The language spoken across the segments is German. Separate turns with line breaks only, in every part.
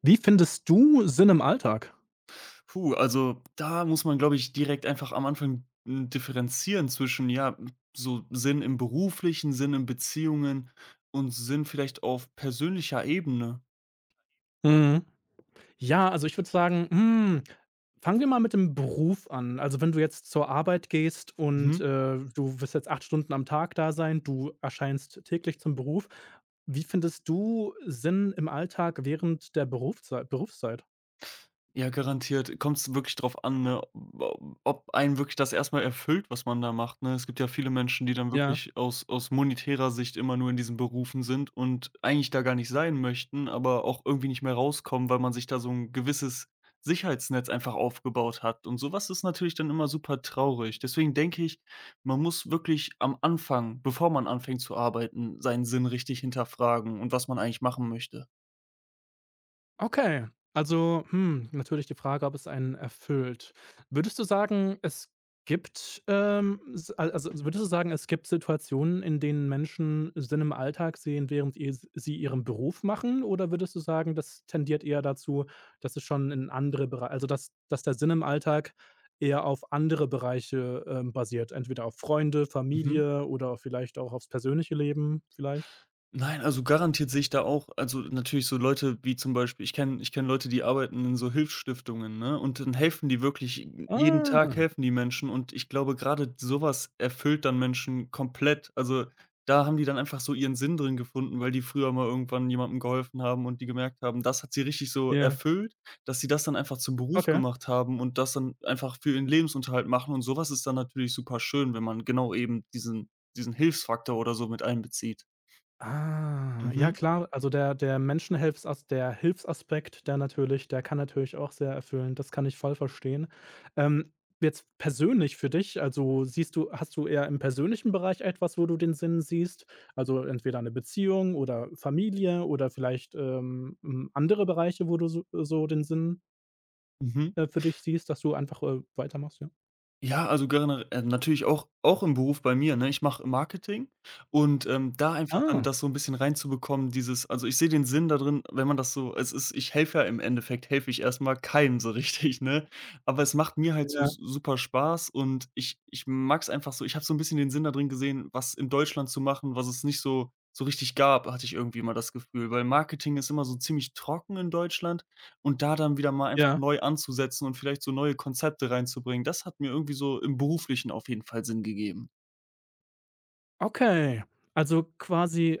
Wie findest du Sinn im Alltag?
Puh, also da muss man, glaube ich, direkt einfach am Anfang differenzieren zwischen, ja, so Sinn im beruflichen, Sinn in Beziehungen und Sinn vielleicht auf persönlicher Ebene.
Mhm. Ja, also ich würde sagen, fangen wir mal mit dem Beruf an. Also wenn du jetzt zur Arbeit gehst und du wirst jetzt 8 Stunden am Tag da sein, du erscheinst täglich zum Beruf. Wie findest du Sinn im Alltag während der Berufszeit?
Ja, garantiert. Kommt es wirklich drauf an, ne, o ob einen wirklich das erstmal erfüllt, was man da macht, ne? Es gibt ja viele Menschen, die dann wirklich aus monetärer Sicht immer nur in diesen Berufen sind und eigentlich da gar nicht sein möchten, aber auch irgendwie nicht mehr rauskommen, weil man sich da so ein gewisses Sicherheitsnetz einfach aufgebaut hat. Und sowas ist natürlich dann immer super traurig. Deswegen denke ich, man muss wirklich am Anfang, bevor man anfängt zu arbeiten, seinen Sinn richtig hinterfragen und was man eigentlich machen möchte.
Okay, also, natürlich die Frage, ob es einen erfüllt. Würdest du sagen, es gibt, s al also, würdest du sagen, es gibt Situationen, in denen Menschen Sinn im Alltag sehen, während ihr sie ihren Beruf machen? Oder würdest du sagen, das tendiert eher dazu, dass es schon in andere Bereiche, also, dass der Sinn im Alltag eher auf andere Bereiche, basiert, entweder auf Freunde,
Mhm.
Familie oder vielleicht auch aufs persönliche Leben vielleicht?
Nein, also garantiert sehe ich da auch, also natürlich so Leute wie zum Beispiel ich kenn Leute, die arbeiten in so Hilfsstiftungen, ne, und dann helfen die wirklich jeden Tag,
Ah,
helfen die Menschen und ich glaube, gerade sowas erfüllt dann Menschen komplett. Also, da haben die dann einfach so ihren Sinn drin gefunden, weil die früher mal irgendwann jemandem geholfen haben und die gemerkt haben, das hat sie richtig so
ja,
erfüllt, dass sie das dann einfach zum Beruf
okay.
gemacht haben und das dann einfach für ihren Lebensunterhalt machen, und sowas ist dann natürlich super schön, wenn man genau eben diesen Hilfsfaktor oder so mit einbezieht.
Ah, ja
Mhm.
klar, also der Hilfsaspekt, der natürlich der kann natürlich auch sehr erfüllen, das kann ich voll verstehen. Ähm, jetzt persönlich für dich, also siehst du hast du eher im persönlichen Bereich etwas, wo du den Sinn siehst? Also entweder eine Beziehung oder Familie oder vielleicht, andere Bereiche, wo du so den Sinn,
Mhm.
für dich siehst, dass du einfach, weitermachst, ja?
Ja, also gerne natürlich auch im Beruf bei mir, ne? Ich mache Marketing und, da einfach dann
Ah,
das so ein bisschen reinzubekommen, dieses, also, ich sehe den Sinn da drin, wenn man das so, es ist, ich helfe ja im Endeffekt helfe ich erstmal keinem so richtig, ne? Aber es macht mir halt so
ja,
s super Spaß und ich mag es einfach so, ich habe so ein bisschen den Sinn da drin gesehen, was in Deutschland zu machen, was es nicht so richtig gab, hatte ich irgendwie immer das Gefühl, weil Marketing ist immer so ziemlich trocken in Deutschland und da dann wieder mal einfach
ja.
neu anzusetzen und vielleicht so neue Konzepte reinzubringen. Das hat mir irgendwie so im Beruflichen auf jeden Fall Sinn gegeben.
Okay, also quasi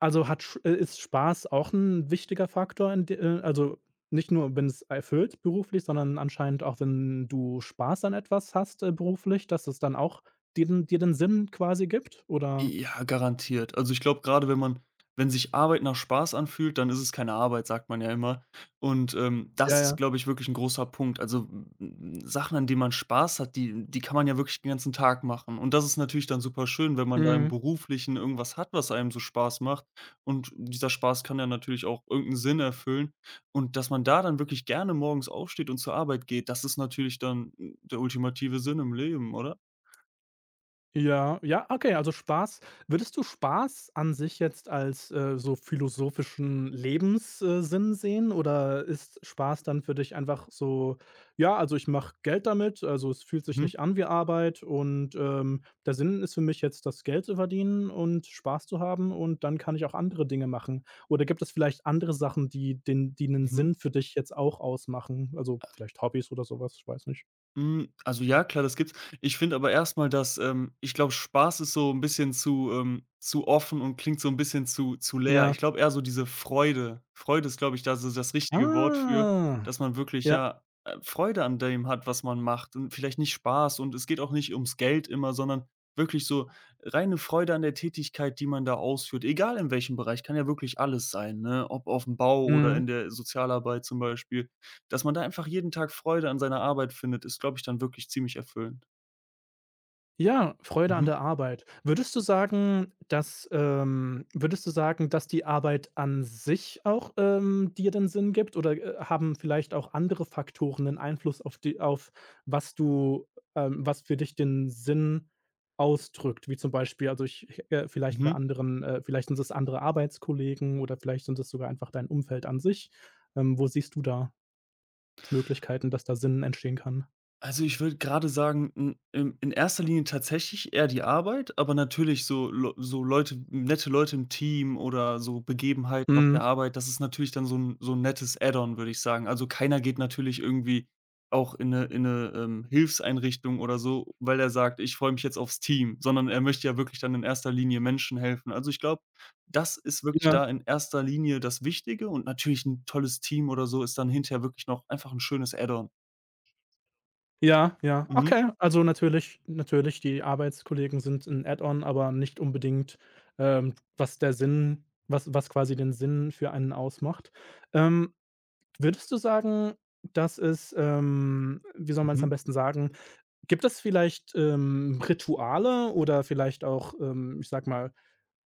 also hat sch ist Spaß auch ein wichtiger Faktor in de also nicht nur, wenn es erfüllt beruflich, sondern anscheinend auch, wenn du Spaß an etwas hast, beruflich, dass es dann auch dir den Sinn quasi gibt, oder?
Ja, garantiert. Also, ich glaube, gerade, wenn sich Arbeit nach Spaß anfühlt, dann ist es keine Arbeit, sagt man ja immer. Und,
Ja,
das ist,
ja.
glaube ich, wirklich ein großer Punkt. Also, m Sachen, an denen man Spaß hat, die kann man ja wirklich den ganzen Tag machen. Und das ist natürlich dann super schön, wenn man da im
Mhm.
Beruflichen irgendwas hat, was einem so Spaß macht. Und dieser Spaß kann ja natürlich auch irgendeinen Sinn erfüllen. Und dass man da dann wirklich gerne morgens aufsteht und zur Arbeit geht, das ist natürlich dann, der ultimative Sinn im Leben, oder?
Ja, ja, okay, also Spaß. Würdest du Spaß an sich jetzt als, so philosophischen Lebenssinn Sinn sehen oder ist Spaß dann für dich einfach so: „Ja, also ich mache Geld damit, also es fühlt sich
Mhm.
nicht an wie Arbeit und, der Sinn ist für mich jetzt, das Geld zu verdienen und Spaß zu haben und dann kann ich auch andere Dinge machen.“ Oder gibt es vielleicht andere Sachen, die einen
Mhm.
Sinn für dich jetzt auch ausmachen? Also vielleicht Hobbys oder sowas? Ich weiß nicht.
Hm, also ja, klar, das gibt's. Ich finde aber erstmal, dass ich glaube, Spaß ist so ein bisschen zu offen und klingt so ein bisschen zu leer. Ich
Ja.
glaube eher so diese Freude. Freude ist, glaube ich, da so das richtige Wort für,
Ah.
dass man wirklich,
Ja.
ja, Freude an dem hat, was man macht und vielleicht nicht Spaß, und es geht auch nicht ums Geld immer, sondern wirklich so reine Freude an der Tätigkeit, die man da ausführt, egal in welchem Bereich, kann ja wirklich alles sein, ne? Ob auf dem Bau oder
Mhm.
in der Sozialarbeit zum Beispiel. Dass man da einfach jeden Tag Freude an seiner Arbeit findet, ist, glaube ich, dann wirklich ziemlich erfüllend.
Ja, Freude an
Mhm.
der Arbeit. Würdest du sagen, dass würdest du sagen, dass die Arbeit an sich auch, dir den Sinn gibt oder, haben vielleicht auch andere Faktoren 'nen Einfluss auf die auf was du was für dich den Sinn ausdrückt? Wie zum Beispiel also, ich vielleicht bei
Mhm.
anderen vielleicht sind es andere Arbeitskollegen oder vielleicht sind es sogar einfach dein Umfeld an sich. Wo siehst du da Möglichkeiten, dass da Sinn entstehen kann?
Also, ich würde gerade sagen, in erster Linie tatsächlich eher die Arbeit, aber natürlich so Leu so Leute nette Leute im Team oder so Begebenheiten auf der
Mhm.
Arbeit, das ist natürlich dann so ein, so 'n nettes Add-on, würde ich sagen. Also, keiner geht natürlich irgendwie auch in 'ne, Hilfseinrichtung oder so, weil er sagt: „Ich freue mich jetzt aufs Team“, sondern er möchte ja wirklich dann in erster Linie Menschen helfen. Also, ich glaube, das ist wirklich
Ja.
da in erster Linie das Wichtige und natürlich ein tolles Team oder so ist dann hinterher wirklich noch einfach ein schönes Add-on.
Ja, ja.
Mhm,
Okay, also natürlich natürlich, die Arbeitskollegen sind ein Add-on, aber nicht unbedingt, was der Sinn was was quasi den Sinn für einen ausmacht. Ähm, würdest du sagen, dass es, wie soll man es
mhm.
am besten sagen? Gibt es vielleicht, Rituale oder vielleicht auch, ich sag mal,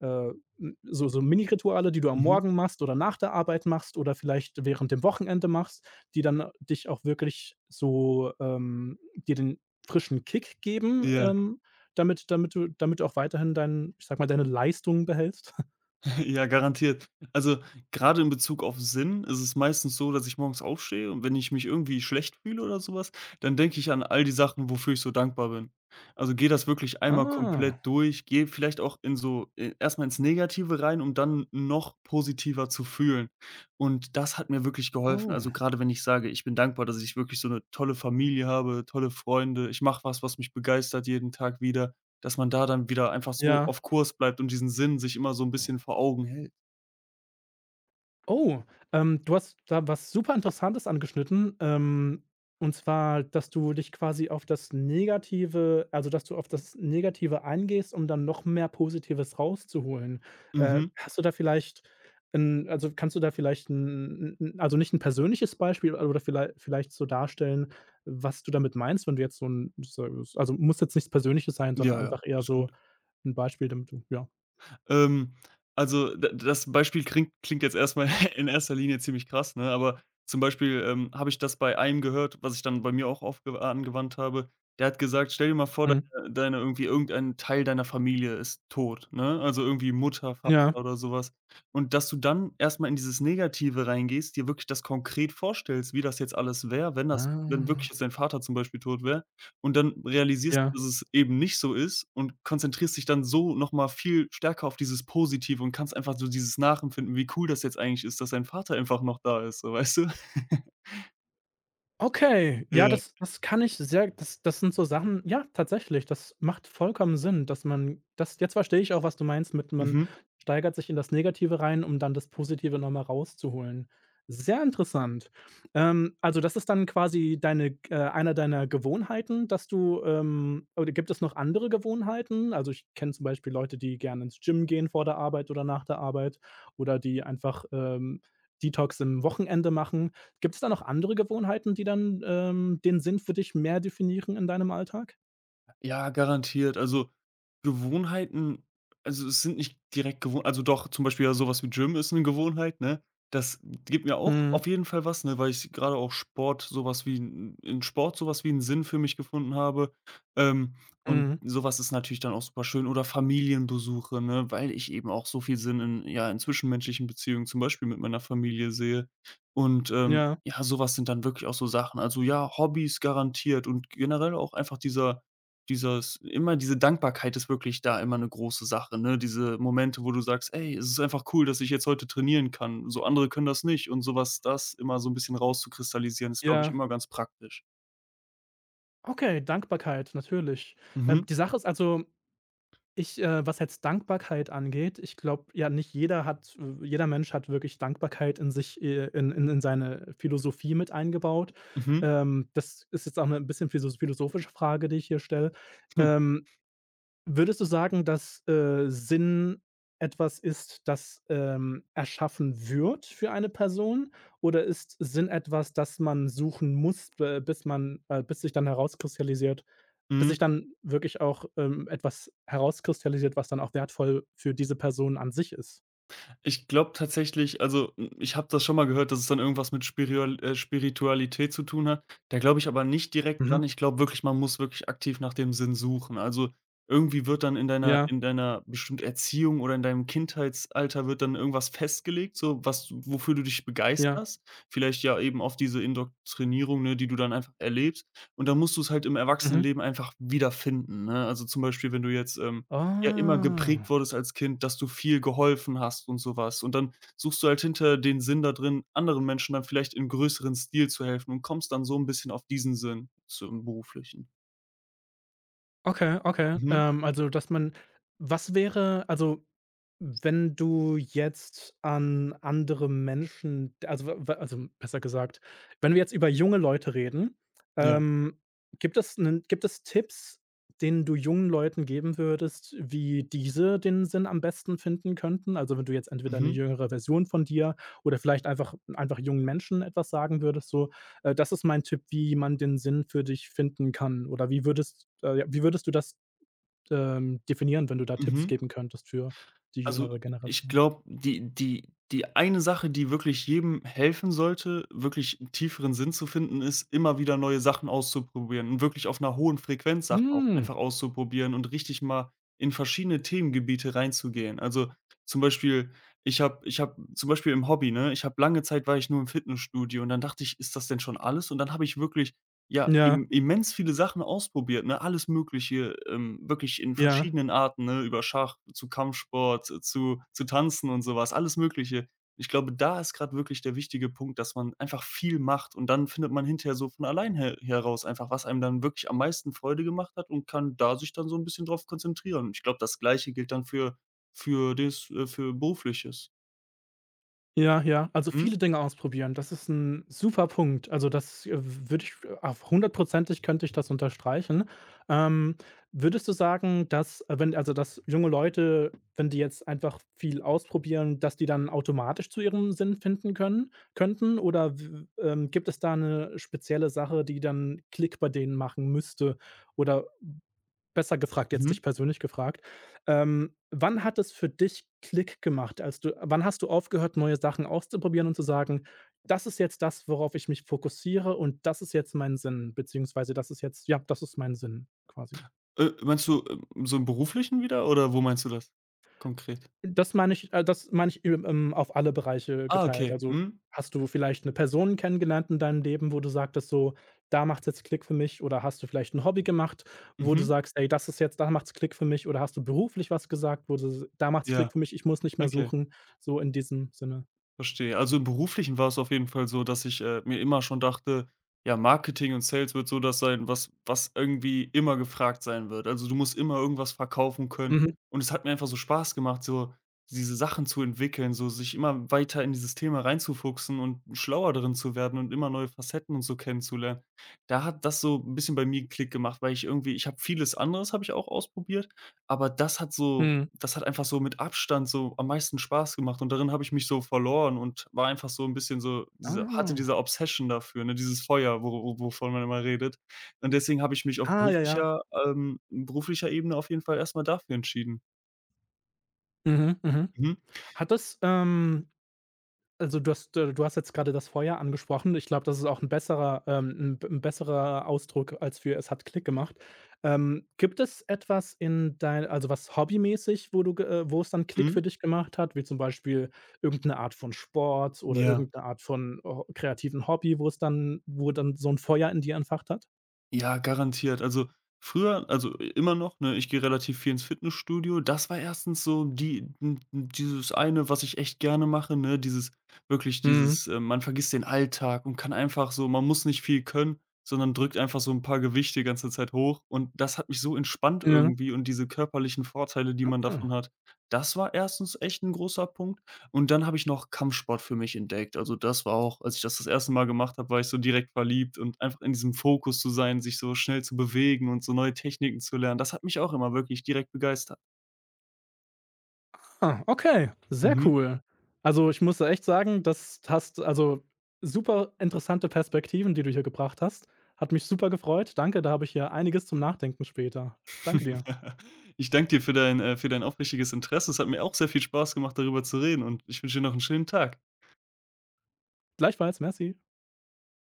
äh, n so so rituale die du am
Mhm.
Morgen machst oder nach der Arbeit machst oder vielleicht während dem Wochenende machst, die dann dich auch wirklich so, dir den frischen Kick geben,
Ja,
damit damit du auch weiterhin dein ich sage mal, deine Leistung behältst.
ja, garantiert. Also, gerade in Bezug auf Sinn ist es meistens so, dass ich morgens aufstehe und wenn ich mich irgendwie schlecht fühle oder sowas, dann denke ich an all die Sachen, wofür ich so dankbar bin. Also, gehe das wirklich einmal
Ah,
komplett durch, gehe vielleicht auch in so e erst ins Negative rein, um dann noch positiver zu fühlen. Und das hat mir wirklich geholfen.
oh.
Also, gerade wenn ich sage, ich bin dankbar, dass ich wirklich so eine tolle Familie habe, tolle Freunde, ich mache was, was mich begeistert jeden Tag wieder. Dass man da dann wieder einfach so
Ja.
auf Kurs bleibt und diesen Sinn sich immer so 'n bisschen vor Augen hält.
Oh, du hast da was super Interessantes angeschnitten, und zwar, dass du dich quasi auf das Negative also, dass du auf das Negative eingehst, um dann noch mehr Positives rauszuholen.
Mhm.
Hast du da vielleicht 'n also, kannst du da vielleicht 'n 'n also, nicht ein persönliches Beispiel, aber vielleicht so darstellen, was du damit meinst, wenn du jetzt so 'n so also, muss jetzt nichts Persönliches sein, sondern
Ja, ja,
einfach eher
alles
so
gut.
ein Beispiel, damit du ja.
Ähm, also, d das Beispiel klingt jetzt erstmal in erster Linie ziemlich krass, ne? Aber zum Beispiel, habe ich das bei einem gehört, was ich dann bei mir auch aufge angewandt habe. Der hat gesagt: „Stell dir mal vor,
Mhm.
deine irgendwie irgendein Teil deiner Familie ist tot“, ne? Also, irgendwie Mutter, Vater
Ja.
oder sowas. Und dass du dann erstmal in dieses Negative reingehst, dir wirklich das konkret vorstellst, wie das jetzt alles wäre, wenn
Ah.
wirklich jetzt dein Vater zum Beispiel tot wäre. Und dann realisierst du,
Ja.
dass es eben nicht so ist und konzentrierst dich dann so noch mal viel stärker auf dieses Positive und kannst einfach so dieses nachempfinden, wie cool das jetzt eigentlich ist, dass dein Vater einfach noch da ist, so, weißt du?
Okay,
Ja,
ja, das kann ich sehr das sind so Sachen ja, tatsächlich, das macht vollkommen Sinn, dass man das jetzt verstehe ich auch, was du meinst mit man
mhm.
steigert sich in das Negative rein, um dann das Positive noch mal rauszuholen. Sehr interessant. Also, das ist dann quasi deine einer deiner Gewohnheiten, dass du, oder gibt es noch andere Gewohnheiten? Also, ich kenne zum Beispiel Leute, die gerne ins Gym gehen vor der Arbeit oder nach der Arbeit oder die einfach, Detox im Wochenende machen. Gibt's da noch andere Gewohnheiten, die dann, den Sinn für dich mehr definieren in deinem Alltag?
Ja, garantiert. Also, Gewohnheiten, also, es sind nicht direkt gewohnt, also doch, zum Beispiel ja, so wie Gym ist eine Gewohnheit, ne? Das gibt mir auch
Mhm,
auf jeden Fall was, ne, weil ich gerade auch Sport sowas wie einen Sinn für mich gefunden habe. Ähm, und
mhm.
sowas ist natürlich dann auch super schön, oder Familienbesuche, ne, weil ich eben auch so viel Sinn in, ja, in zwischenmenschlichen Beziehungen, zum Beispiel mit meiner Familie, sehe. Und,
Ja,
ja, sowas sind dann wirklich auch so Sachen. Also ja, Hobbys garantiert und generell auch einfach dieser dieses immer diese Dankbarkeit ist wirklich da immer eine große Sache, ne? Diese Momente, wo du sagst: „Ey, es ist einfach cool, dass ich jetzt heute trainieren kann. So andere können das nicht“ und sowas, das immer so ein bisschen rauszukristallisieren, ist, glaube ich,
ja.
immer ganz praktisch.
Okay, Dankbarkeit, natürlich.
Mhm,
Die Sache ist also, was jetzt Dankbarkeit angeht, ich glaube, ja, nicht jeder hat jeder Mensch hat wirklich Dankbarkeit in sich, in seine Philosophie mit eingebaut.
mhm,
Das ist jetzt auch 'ne bisschen philosophische Frage, die ich hier stelle.
hm,
Ähm Würdest du sagen, dass, Sinn etwas ist, das, erschaffen wird für eine Person? Oder ist Sinn etwas, das man suchen muss, b bis man bis sich dann herauskristallisiert bis sich
mhm.
dann wirklich auch, etwas herauskristallisiert, was dann auch wertvoll für diese Person an sich ist?
Ich glaube tatsächlich, also, ich habe das schon mal gehört, dass es dann irgendwas mit Spiriol Spiritualität zu tun hat. Da glaube ich aber nicht direkt
Mhm.
dran. Ich glaube wirklich, man muss wirklich aktiv nach dem Sinn suchen. Also, irgendwie wird dann
Ja,
in deiner bestimmt Erziehung oder in deinem Kindheitsalter wird dann irgendwas festgelegt, so was du, wofür du dich
ja.
begeisterst. Vielleicht ja eben auf diese Indoktrinierung, ne, die du dann einfach erlebst. Und dann musst du es halt im
Mhm.
Erwachsenenleben einfach wiederfinden, ne? Also, zum Beispiel, wenn du jetzt, ja, immer geprägt
Ah.
wurdest als Kind, dass du viel geholfen hast und sowas. Und dann suchst du halt hinter den Sinn da drin, anderen Menschen dann vielleicht in größeren Stil zu helfen und kommst dann so ein bisschen auf diesen Sinn zum Beruflichen.
Okay, okay.
Mhm.
Also, dass man was wäre also, wenn du jetzt an andere Menschen also, w w also, besser gesagt, wenn wir jetzt über junge Leute reden,
Ja.
ähm, gibt es Tipps, denen du jungen Leuten geben würdest, wie diese den Sinn am besten finden könnten? Also, wenn du jetzt entweder eine
Mhm.
jüngere Version von dir oder vielleicht einfach jungen Menschen etwas sagen würdest, so: das ist mein Tipp, wie man den Sinn für dich finden kann oder wie wie würdest du das, definieren, wenn du da Tipps
Mhm.
geben könntest für die
Also,
jüngere
ich
Generation?
glaube, die eine Sache, die wirklich jedem helfen sollte, wirklich 'n tieferen Sinn zu finden, ist, immer wieder neue Sachen auszuprobieren und wirklich auf einer hohen Frequenz Sachen auch
Hm.
einfach auszuprobieren und richtig mal in verschiedene Themengebiete reinzugehen. Also, zum Beispiel, ich habe zum Beispiel im Hobby, ne, ich habe lange Zeit war ich nur im Fitnessstudio und dann dachte ich: „Ist das denn schon alles?“ Und dann habe ich wirklich, ja,
Ja,
im immens viele Sachen ausprobiert, ne? Alles Mögliche, wirklich in
ja.
verschiedenen Arten, ne? Über Schach, zu Kampfsport, zu Tanzen und sowas, alles Mögliche. Ich glaube, da ist gerade wirklich der wichtige Punkt, dass man einfach viel macht und dann findet man hinterher so von allein her heraus einfach, was einem dann wirklich am meisten Freude gemacht hat und kann da sich dann so ein bisschen drauf konzentrieren. Ich glaube, das Gleiche gilt dann für das für Berufliches.
Ja, ja. Also,
Mhm,
viele Dinge ausprobieren, das ist ein super Punkt. Also, das, würde ich auf hundertprozentig könnte ich das unterstreichen. Ähm, würdest du sagen, dass wenn also, dass junge Leute, wenn die jetzt einfach viel ausprobieren, dass die dann automatisch zu ihrem Sinn finden können könnten? Oder w gibt es da eine spezielle Sache, die dann Klick bei denen machen müsste? Oder besser gefragt, jetzt
mhm.
dich persönlich gefragt. Wann hat es für dich Klick gemacht? Als du wann hast du aufgehört, neue Sachen auszuprobieren und zu sagen: „Das ist jetzt das, worauf ich mich fokussiere und das ist jetzt mein Sinn“, beziehungsweise das ist jetzt ja, das ist mein Sinn quasi?
Meinst du, so im Beruflichen wieder oder wo meinst du das konkret?
Das meine ich, auf alle Bereiche
Ah,
geteilt.
okay,
Also,
mhm.
hast du vielleicht eine Person kennengelernt in deinem Leben, wo du sagtest so: „Da macht's jetzt Klick für mich“? Oder hast du vielleicht ein Hobby gemacht, wo du
Mhm.
sagst: „Ey, das ist jetzt da macht's Klick für mich“? Oder hast du beruflich was gesagt, wo du s „Da macht's Klick
Ja,
für mich, ich muss nicht mehr
okay,
suchen“, so in diesem Sinne?
verstehe. Also, im Beruflichen war es auf jeden Fall so, dass ich, mir immer schon dachte: „Ja, Marketing und Sales wird so das sein, was irgendwie immer gefragt sein wird.“ Also, du musst immer irgendwas verkaufen können.
Mhm,
Und es hat mir einfach so Spaß gemacht, so diese Sachen zu entwickeln, so sich immer weiter in dieses Thema reinzufuchsen und schlauer darin zu werden und immer neue Facetten und so kennenzulernen. Da hat das so ein bisschen bei mir Klick gemacht, weil ich irgendwie ich habe vieles anderes habe ich auch ausprobiert, aber das hat so,
mhm.
das hat einfach so mit Abstand so am meisten Spaß gemacht und darin habe ich mich so verloren und war einfach so 'n bisschen so diese hatte
Ah.
diese Obsession dafür, ne, dieses Feuer, wo wovon man immer redet. Und deswegen habe ich mich auf
Ah, ja, ja.
beruflicher Ebene auf jeden Fall erst mal dafür entschieden.
Mhm, mhm.
Mhm,
Hat das, also, du hast jetzt gerade das Feuer angesprochen. Ich glaube, das ist auch ein besserer 'n b besserer Ausdruck als für „es hat Klick gemacht“. Gibt es etwas in dein also, was hobbymäßig, wo du ge wo es dann Klick
mhm.
für dich gemacht hat, wie zum Beispiel irgendeine Art von Sport oder
Ja.
irgendeine Art von ho kreativen Hobby, wo es dann wo dann so ein Feuer in dir entfacht hat?
Ja, garantiert. Also, früher, also, immer noch, ne, ich gehe relativ viel ins Fitnessstudio. Das war erstens so die n n dieses eine, was ich echt gerne mache, ne? Dieses wirklich
Mhm.
dieses, man vergisst den Alltag und kann einfach so, man muss nicht viel können, sondern drückt einfach so ein paar Gewichte die ganze Zeit hoch. Und das hat mich so entspannt
Ja.
irgendwie und diese körperlichen Vorteile, die man davon hat, das war erstens echt ein großer Punkt. Und dann habe ich noch Kampfsport für mich entdeckt. Also, das war auch, als ich das erste Mal gemacht habe, war ich so direkt verliebt und einfach in diesem Fokus zu sein, sich so schnell zu bewegen und so neue Techniken zu lernen. Das hat mich auch immer wirklich direkt begeistert.
Ah, okay, sehr
Mhm.
cool. Also, ich muss da echt sagen, das hast also, super interessante Perspektiven, die du hier gebracht hast. Hat mich super gefreut. Danke, da habe ich hier einiges zum Nachdenken später. Danke dir.
Ja. Ich danke dir für dein aufrichtiges Interesse. Es hat mir auch sehr viel Spaß gemacht, darüber zu reden und ich wünsche dir noch einen schönen Tag.
Gleichfalls, merci.